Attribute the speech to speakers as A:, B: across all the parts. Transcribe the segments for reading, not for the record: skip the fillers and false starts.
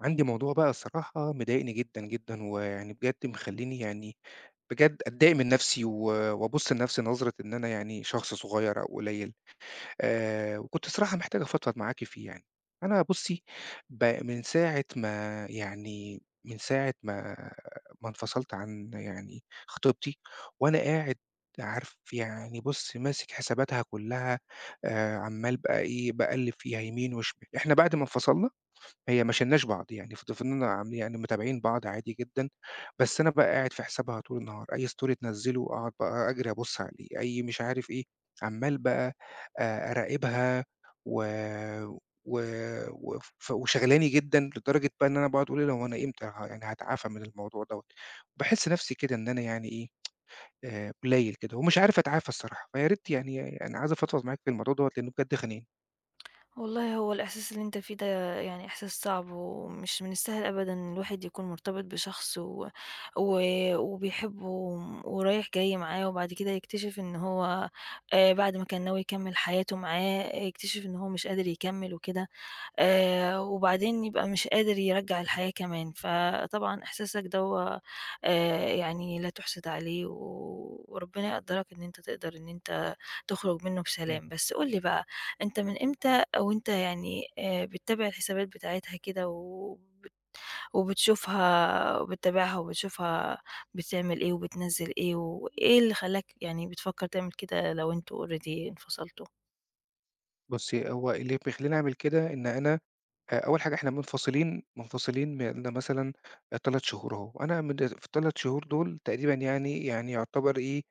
A: عندي موضوع بقى الصراحة مضايقني جدًا، جدًا، ويعني بجد مخلّيني يعني بجد أتضايق من نفسي و وأبُص لنفسي نظرة إن أنا يعني شخص صغير أو قليل. وكنت الصراحة محتاج أفضفض معاكِ فيه يعني. أنا بُصّي، ب من ساعة ما يعني من ساعة ما انفصلت عن يعني خطيبتي، وأنا قاعد عارف يعني بُصّي، ماسك حساباتها كلّها. عمّال بقى إيه، باقلِّب فيها يمين وشمال. إحنا بعد ما انفصلنا هي ما شيلناش بعض، يعني فضلنا عم يعني متابعين بعض عادي جدًا، بس أنا بقى قاعد في حسابها طول النهار، أي story تنزّله أقعد بقى أجري أبُص عليه، أي مش عارف إيه، عمّال بقى أراقبها و و وف وشغلاني جدًا لدرجة بقى إن أنا باقعد أقول هو أنا إمتى يعني هاتعافى من الموضوع دوّة. باحس نَفْسي كده إن أنا يعني إيه، قليّل كده ومش عارف أتعافى الصراحة، فيا ريت يعني أنا عايز أفضفض معاك في الموضوع دوّة لإنه بجد خانقني.
B: والله هو الإحساس اللي أنت فيه ده يعني إحساس صعب ومش من السهل أبدا إن الواحد يكون مرتبط بشخص و... و... وبيحبه ورايح جاي معاه وبعد كده يكتشف إن هو. بعد ما كان ناوي يكمل حياته معاه يكتشف إن هو مش قادر يكمل وكده. وبعدين يبقى مش قادر يرجع الحياة كمان فطبعا إحساسك ده هو يعني لا تحسد عليه و... وربنا يقدرك إن أنت تقدر إن أنت تخرج منّه
A: إمم.
B: بسلام، بس قُل لي بقى أنت من إمتى وأنت يعني بتتابع الحسابات بتاعتها كده وبتشوفها وبتتابعها وبتشوفها بتعمل إيه وبتنزّل إيه، وإيه اللي خلّاك يعني بتفكّر تعمل كده لو أنتم already انفصلتوا؟
A: بُصّي، هو اللي بيخلّيني أعمل كده إن أنا أول حاجة إحنا منفصلين بقالنا مثلًا 3 شهور أهو، أنا من في ال3 شهور دول تقريبًا يعني يعني يعتبر إيه،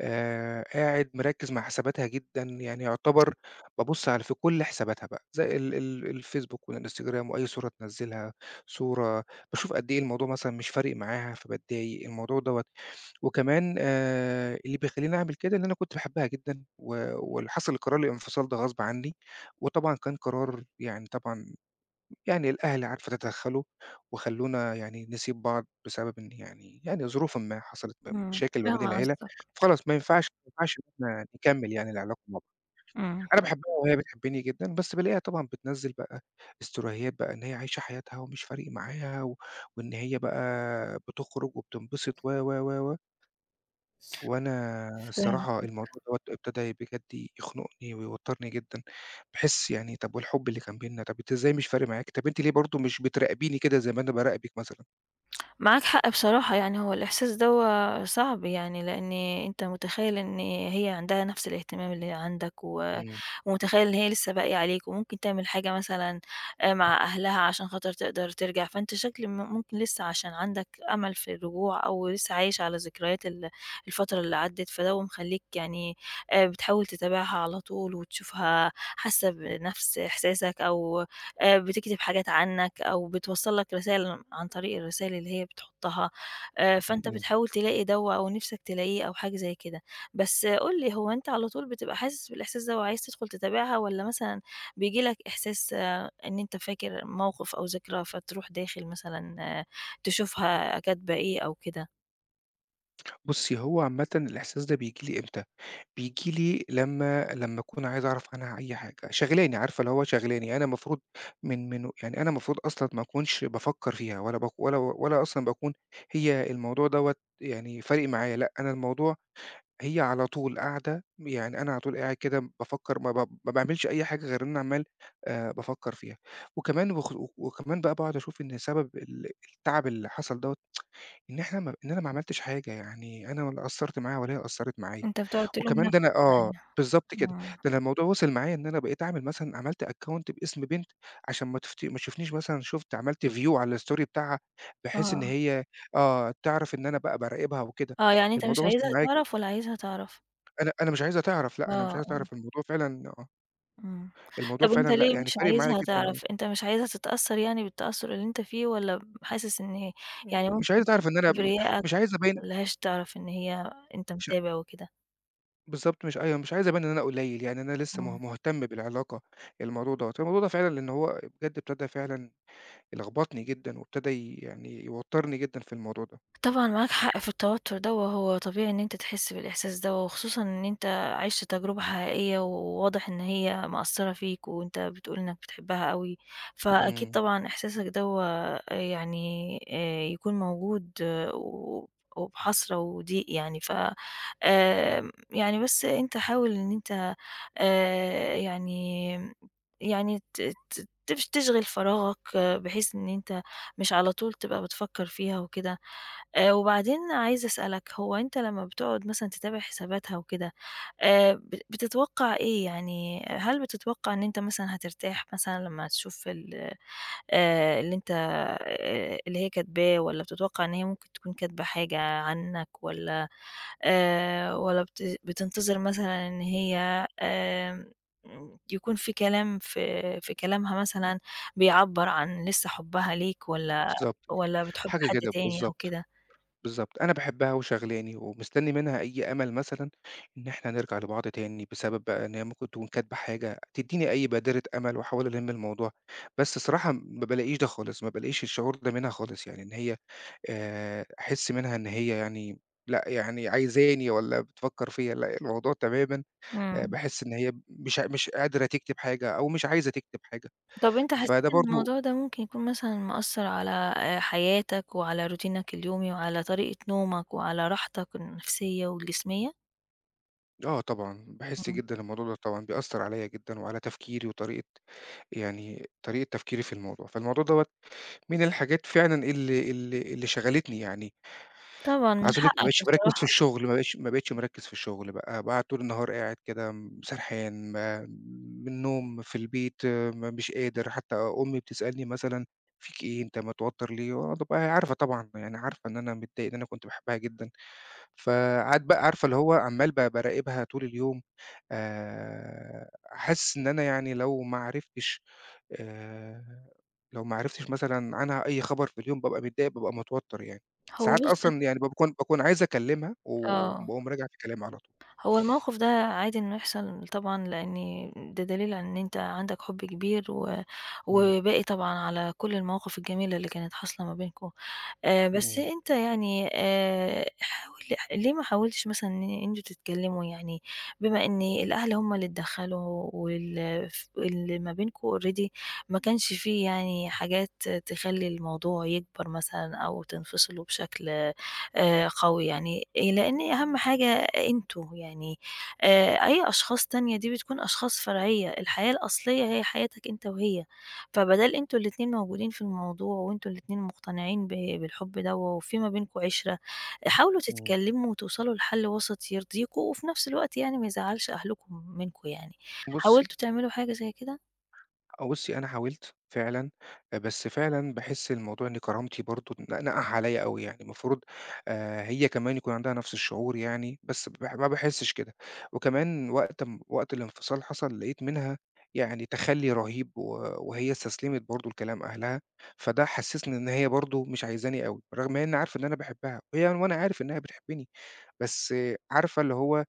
A: قاعد مركّز مع حساباتها جدًا، يعني يعتبر بابُص على في كل حساباتها بقى، زي ال ال الFacebook والInstagram وأي صورة تنزّلها، صورة باشوف قد إيه الموضوع مثلًا مش فارق معاها فباتضايق، الموضوع دوّة. وكمان اللي بيخلّيني أعمل كده إن أنا كنت باحبها جدًا و واللي حصل قرار الانفصال ده غصب عنّي، وطبعًا كان قرار يعني طبعًا يعني الأهل عارفة تدخّلوا وخلّونا يعني نسيب بعض بسبب إن يعني يعني ظروفٍ ما حصلت
B: إمم.
A: مشاكل ما بين
B: فاهمة
A: العيلة،
B: قصدك.
A: فخلاص ما ينفعش إن إحنا نكمّل يعني العلاقة مع بعض.
B: إمم.
A: أنا باحبها وهي بتحبّني جدًا، بس بالاقيها طبعًا بتنزّل بقى استوريهات بقى إن هي عايشة حياتها ومش فارق معاها و وإن هي بقى بتخرج وبتنبسط و، و، و، و. وأنا الصراحة
B: فاهمة.
A: الموضوع دوّة ابتدى بجد يخنقني ويوتّرني جدًا. باحس يعني طَب والحب اللي كان بيننا، طَب أنتِ إزاي مش فارق معاكِ، طَب أنتِ ليه برضه مش بتراقبيني كده زي ما أنا باراقبِك مثلًا؟
B: معاك حق بصراحة، يعني هو الإحساس دَوّة صعب يعني، لإن أنت متخيّل إن هي عندها نفس الاهتمام اللي عندك و
A: إمم،
B: ومتخيّل إن هي لسه باقية عليك وممكن تعمل حاجة مثلًا مع أهلها عشان خاطر تقدر ترجع، فأنت شكل ممكن لسه عشان عندك أمل في الرجوع أو لسه عايش على ذكريات الفترة اللي عدِّت، فدَوّة مخلّيك يعني بتحاول تتابعها على طول وتشوفها حاسة بنفس إحساسك أو بتكتب حاجات عنك أو بتوصّل لك رسالة عن طريق الرسائل اللي هي بتحطّها. فأنت
A: إمم.
B: بتحاول تلاقي دوّة أو نِفْسك تلاقيه أو حاجة زي كده. بس قُل لي، هو أنت على طول بتبقى حاسس بالإحساس ده وعايز تدخل تتابعها والّا مثلًا بييجي لك إحساس إن أنت فاكر موقف أو ذكرى فتروح داخل مثلًا تشوفها كاتبة إيه أو كده؟
A: بُصّي، هو عامةً الإحساس ده بييجي لي إمتى، بييجي لي لمّا أكون عايز أعرف عنها أي حاجة، شاغلاني عارفة اللي هو شاغلاني، أنا المفروض من يعني أنا المفروض أصلًا ما أكونش بافكّر فيها ولا باك ولا أصلًا باكون هي الموضوع دوّة يعني فارق معايا، لأ أنا الموضوع هي على طول قاعدة، يعني أنا على طول قاعد كده بافكّر ما باعملش أي حاجة غير إن أنا عمّال بافكّر فيها. وكمان بقى باقعد أشوف إن سبب التعب اللي حصل دوّة إن إحنا ما إن أنا ما عملتش حاجة، يعني أنا ولا قصّرت معاها ولا هي قصّرت معايا.
B: أنت بتقعد تلوم
A: وكمان ده
B: نَفْسك
A: أنا آه،
B: يعني.
A: بالضبط كده،
B: إمم.
A: ده أنا الموضوع وصل معايا إن أنا بقيت أعمل مثلًا عملت account باسم بنت عشان ما تشوفنيش مثلًا شُفت عملت view على الstory بتاعها، بحيث إن
B: آه.
A: هي آه، تعرف إن أنا بقى باراقبها وكده.
B: آه. يعني أنت مش
A: الموضوع وصل
B: عايزها
A: معايا،
B: تعرف ولا عايزها تعرف؟
A: أنا أنا مش عايزها تعرف، لأ، أنا مش
B: آه.
A: عايزها
B: آه.
A: تعرف الموضوع فعلًا آه،
B: إمم.
A: الموضوع
B: طب أنت
A: فعلًا لأ،
B: ليه
A: يعني
B: مش
A: فارق معايا
B: عايزها
A: جدًا آه،
B: تعرف؟ أنت مش عايزها تتأثّر يعني بالتأثُّر اللي أنت فيه، والّا حاسس إن هي يعني
A: مش
B: ممكن
A: عايزها تعرف إن أنا
B: كبريائك ما
A: مش عايز أبيّن
B: يخلّيهاش تعرف إن هي أنت
A: مش
B: متابع وكده؟
A: بالضبط مش أيوه، مش عايز أبيّن إن أنا قليّل، يعني أنا لسه
B: إمم.
A: مهتم بالعلاقة. الموضوع دوّة، الموضوع ده فعلًا لإن هو بجد ابتدى فعلًا يلخبطني جدًا وابتدى يعني يوتّرني جدًا في الموضوع ده.
B: طبعًا معاك حق في التوتر ده، وهو طبيعي إن أنت تحس بالإحساس ده، وخصوصًا إن أنت عِشت تجربة حقيقية، وواضح إن هي مأثّرة فيك، وأنت بتقول إنك بتحبها أوي، فأكيد
A: إمم،
B: طبعًا إحساسك دوّة يعني يكون موجود و وبحسرة وضيق يعني. ف
A: إمم،
B: يعني بس أنت حاول إن أنت يعني يعني ت ت تش تشغِل فراغك بحيث إن أنت مش على طول تبقى بتفكّر فيها وكده. وبعدين عايزة أسألك، هو أنت لمّا بتقعد مثلًا تتابع حساباتها وكده، ب بتتوقّع إيه؟ يعني هل بتتوقّع إن أنت مثلًا هترتاح مثلًا لمّا تشوف ال اللي أنت اللي هي كاتباه، والّا بتتوقّع إن هي ممكن تكون كاتبة حاجة عنّك، والّا والّا بتنتظر مثلًا إن هي آمم يكون في كلام في في كلامها مثلًا بيعبّر عن لسّه حُبّها ليك، والّا
A: بالضبط،
B: والّا بتحب
A: حاجة
B: حد
A: كده،
B: تاني أو
A: بالضبط.
B: كده؟
A: بالضبط، أنا باحبها وشاغلاني ومستنّي منها أي أمل مثلًا إن إحنا نرجع لبعض تاني، بسبب بقى إن هي ممكن تكون كاتبة حاجة تدّيني أي بادرة أمل وأحاول ألِم الموضوع. بس الصراحة ما بالاقيش ده خالص، ما بالاقيش الشعور ده منها خالص، يعني إن هي أحس منها إن هي يعني لأ، يعني عايزاني والّا بتفكّر فيّا، لأ، الموضوع تمامًا
B: إمم.
A: باحس إن هي مش قادرة تكتب حاجة أو مش عايزة تكتب حاجة،
B: طب أنت حسيت
A: فده
B: إن
A: برضه
B: الموضوع ده ممكن يكون مثلًا مأثّر على حياتك وعلى روتينك اليومي وعلى طريقة نومك وعلى راحتك النفسية والجسمية؟
A: آه طبعًا، باحس
B: إمم.
A: جدًا الموضوع ده طبعًا بيأثّر عليّا جدًا وعلى تفكيري وطريقة يعني طريقة تفكيري في الموضوع، فالموضوع دوّة من الحاجات فعلًا اللي شغلتني يعني.
B: طبعًا من
A: عايز أقول لِك ما
B: حقك
A: بقيتش باركّز في
B: بصراحة.
A: الشغل، ما بقيتش مركّز في الشغل بقى، بقى طول النهار قاعد كده سرحان ما من النوم، في البيت، ما مش قادر. حتى أمي بتسألني مثلًا: "فيك إيه؟ أنت متوتّر ليه؟" وأنا بابقى عارفة طبعًا، يعني عارفة إن أنا متضايق، إن أنا كنت باحبها جدًا. فقعدت بقى عارفة اللي هو عمّال باراقبها طول اليوم. حاسس إن أنا يعني لو ما عرفتش آآ لو ما عرفتش مثلًا عنها أي خبر في اليوم بابقى متضايق، بابقى متوتّر يعني.
B: هو
A: ساعات
B: بُص.
A: أصلًا يعني باكون عايز أكلمها،
B: آه.
A: وباقوم راجع في كلامي على طول.
B: هو الموقف ده عادي إنه يحصل طبعًا، لإن ده دليل على إن أنت عندك حُب كبير و
A: إمم.
B: وباقي طبعًا على كل المواقف الجميلة اللي كانت حاصلة ما بينكم. بس
A: إمم،
B: أنت يعني حاول، ليه ما حاولتش مثلًا إن أنتم تتكلموا يعني، بما إن الأهل هم اللي اتدخلوا وال ف اللي ما بينكم already ما كانش في يعني حاجات تخلّي الموضوع يكبر مثلًا أو تنفصلوا بشكل قوي يعني. لإن أهم حاجة أنتم يعني، أي أشخاص تانية دي بتكون أشخاص فرعية، الحياة الأصلية هي حياتك أنت وهي. فبَدال أنتم الاتنين موجودين في الموضوع وأنتم الاتنين مقتنعين بالحب دوّة وفي ما بينكم عِشرة، حاولوا
A: إمم.
B: تتكلموا وتوصلوا لحل وسط يرضيكم وفي نفس الوقت يعني ما يزعّلش أهلكم منكم يعني.
A: بُصّي
B: حاولتوا تعملوا حاجة زي كده؟
A: آه، بُصّي، أنا حاولت فعلًا، بس فعلًا باحس الموضوع إن كرامتي برضه نقح عليّا أوي يعني، المفروض هي كمان يكون عندها نفس الشعور يعني، بس ما باحسش كده. وكمان وقت الانفصال حصل لقيت منها يعني تخلّي رهيب، و وهي استسلمت برضه لكلام أهلها، فده حسسني إن هي برضه مش عايزاني أوي، رغم إني عارف إن أنا باحبها، وهي وأنا عارف إنها بتحبني. بس عارفة اللي هو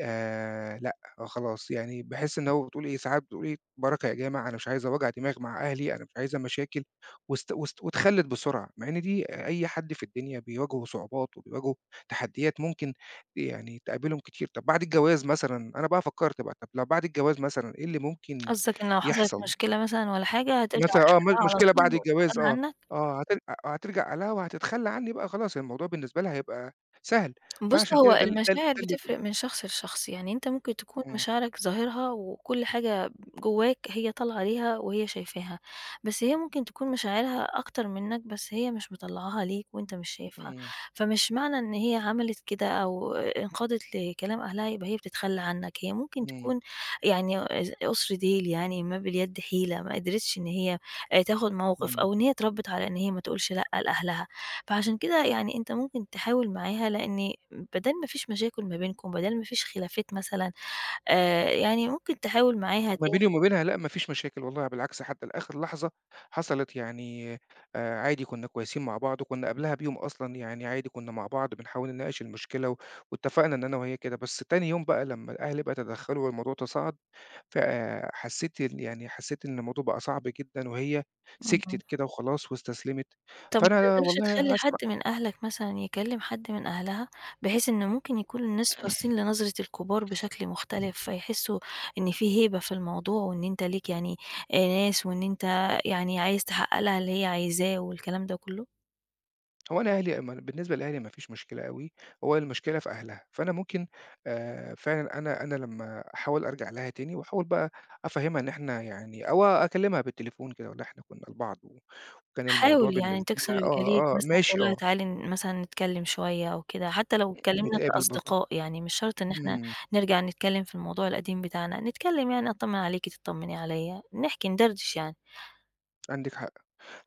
A: لأ، خلاص يعني باحس إن هو بتقول إيه، ساعات بتقول إيه بركة يا جامع، أنا مش عايزة وجع دماغ مع أهلي، أنا مش عايزة مشاكل وست وتخلِّت بسرعة، مع إن دي أي حد في الدنيا بيواجهه صعوبات وبيواجهه تحديات ممكن يعني تقابلهم كتير. طب بعد الجواز مثلًا، أنا بقى فكّرت بقى، طب لو بعد الجواز مثلًا إيه اللي ممكن
B: قصدك إن لو حصلت
A: يحصل؟
B: مشكلة مثلًا والّا حاجة هترجع
A: مثلًا آه،
B: لأهلها على
A: مشكلة بعد
B: طول
A: الجواز
B: وتتخلى
A: آه،
B: عنك؟
A: آه هتر آه، هترجع لها وهتتخلّى عني بقى خلاص، الموضوع بالنسبة لها هيبقى سهل.
B: بُص،
A: فعشان
B: هو
A: كده ده ال ده ال
B: المشاعر
A: ده اللي
B: بتفرق من شخص لشخص، يعني أنت ممكن تكون
A: إمم،
B: مشاعرك ظاهرها وكل حاجة جواك هي طالعة ليها وهي شايفاها، بس هي ممكن تكون مشاعرها أكتر منك بس هي مش مطلعاها ليك وأنت مش شايفها،
A: إمم،
B: فمش معنى إن هي عملت كده أو انقادت لكلام أهلها يبقى هي بتتخلى عنك، هي ممكن
A: إمم.
B: تكون يعني أز قصر ديل يعني ما باليد حيلة، ما قدرتش إن هي تاخد موقف
A: إمم.
B: أو إن هي اتربت على إن هي ما تقولش لأ لأهلها. فعشان كده يعني أنت ممكن تحاول معاها، لإن بدال ما فيش مشاكل ما بينكم، بدال ما فيش خلافات مثلًا، يعني ممكن تحاول معاها
A: ما بيني
B: تاني.
A: وما بينها لأ، ما فيش مشاكل والله بالعكس حتى لآخر لحظة حصلت يعني عادي كُنّا كويسين مع بعض، وكُنّا قبلها بيوم أصلًا يعني عادي كُنّا مع بعض بنحاول نناقش المشكلة و واتفقنا إن أنا وهي كده، بس تاني يوم بقى لمّا الأهل بقى تدخّلوا والموضوع تصاعد، فحسّيت ال يعني حسّيت إن الموضوع بقى صعب جدًا، وهي
B: إمم.
A: سكتت كده وخلاص واستسلمت.
B: طب ما
A: فأنا
B: تقدرش
A: والله
B: تخلّي
A: هاس
B: حد من أهلك مثلًا يكلم حد من أهلها، بحيث إن ممكن يكون الناس باصين لنظرة الكبار بشكل مختلف، فيحسوا إن في هيبة في الموضوع، وإن أنت ليك يعني ناس، وإن أنت يعني عايز تحقق لها اللي هي عايزاه والكلام ده كله؟
A: هو أنا أهلي ما بالنسبة لأهلي ما فيش مشكلة أوي، هو المشكلة في أهلها. فأنا ممكن فعلًا أنا أنا لمّا أحاول أرجع لها تاني وأحاول بقى أفهّمها إن إحنا يعني أو أكلمها بالتليفون كده أقول لها إحنا كنا لبعض وكان الموضوع
B: حاول يعني
A: بالنسبة
B: تكسر
A: لنا
B: الجليد
A: آه، آه،
B: مثلًا، تقول
A: ماشي
B: لها
A: آه،
B: تعالي مثلًا نتكلم شوية أو كده، حتى لو اتكلمنا
A: نتقابل برّه،
B: كأصدقاء، يعني مش شرط إن إحنا
A: إمم،
B: نرجع نتكلم في الموضوع القديم بتاعنا، نتكلم يعني أطمن عليكِ تطمني عليَّ، نحكي ندردش يعني.
A: عندِك حق.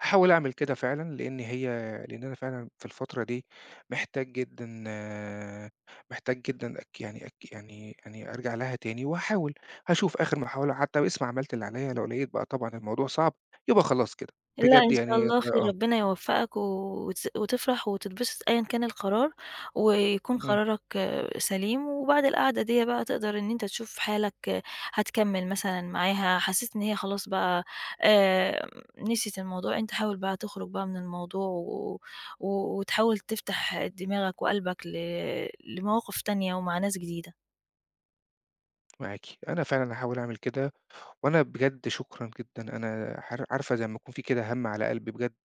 A: هاحاول أعمل كده فعلًا، لإن هي لإن أنا فعلًا في الفترة دي محتاج جدًا آه، محتاج جدًا أك يعني أك يعني يعني أرجع لها تاني، وهاحاول هاشوف آخر محاولة حتى باسم عملت اللي عليَّ، لو لقيت بقى طبعًا الموضوع صعب يبقى خلاص كده،
B: لأ،
A: بجد
B: إن شاء
A: يعني
B: الله خير،
A: آه،
B: ربنا يوفقك و وتس وتفرح وتتبسط أيًا كان القرار، ويكون
A: إمم،
B: قرارك سليم، وبعد القعدة ديّة بقى تقدر إن أنت تشوف حالك هتكمّل مثلًا معاها، حسيت إن هي خلاص بقى آآ، نسيت الموضوع. أنت حاول بقى تخرج بقى من الموضوع و و وتحاول تفتح دماغك وقلبك لمواقف تانية ومع ناس جديدة.
A: معاكِ. أنا فعلًا هاحاول أعمل كده، وأنا بجد شكرًا جدًا، أنا عارفة زي أمّا يكون في كده هَم على قلبي بجد.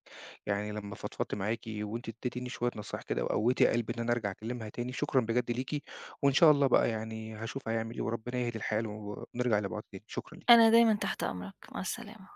A: يعني لمّا فضفضت معاكِ وأنتِ اديتيني شوية نصايح كده وقوّيتِ قلبي إن أنا أرجع أكلمها تاني، شكرًا بجد ليكِ، وإن شاء الله بقى يعني هاشوف هيعمل إيه وربنا يهدي الحال و ونرجع لبعض تاني، شكرًا ليكِ.
B: أنا دايمًا تحت أمرك، مع السلامة.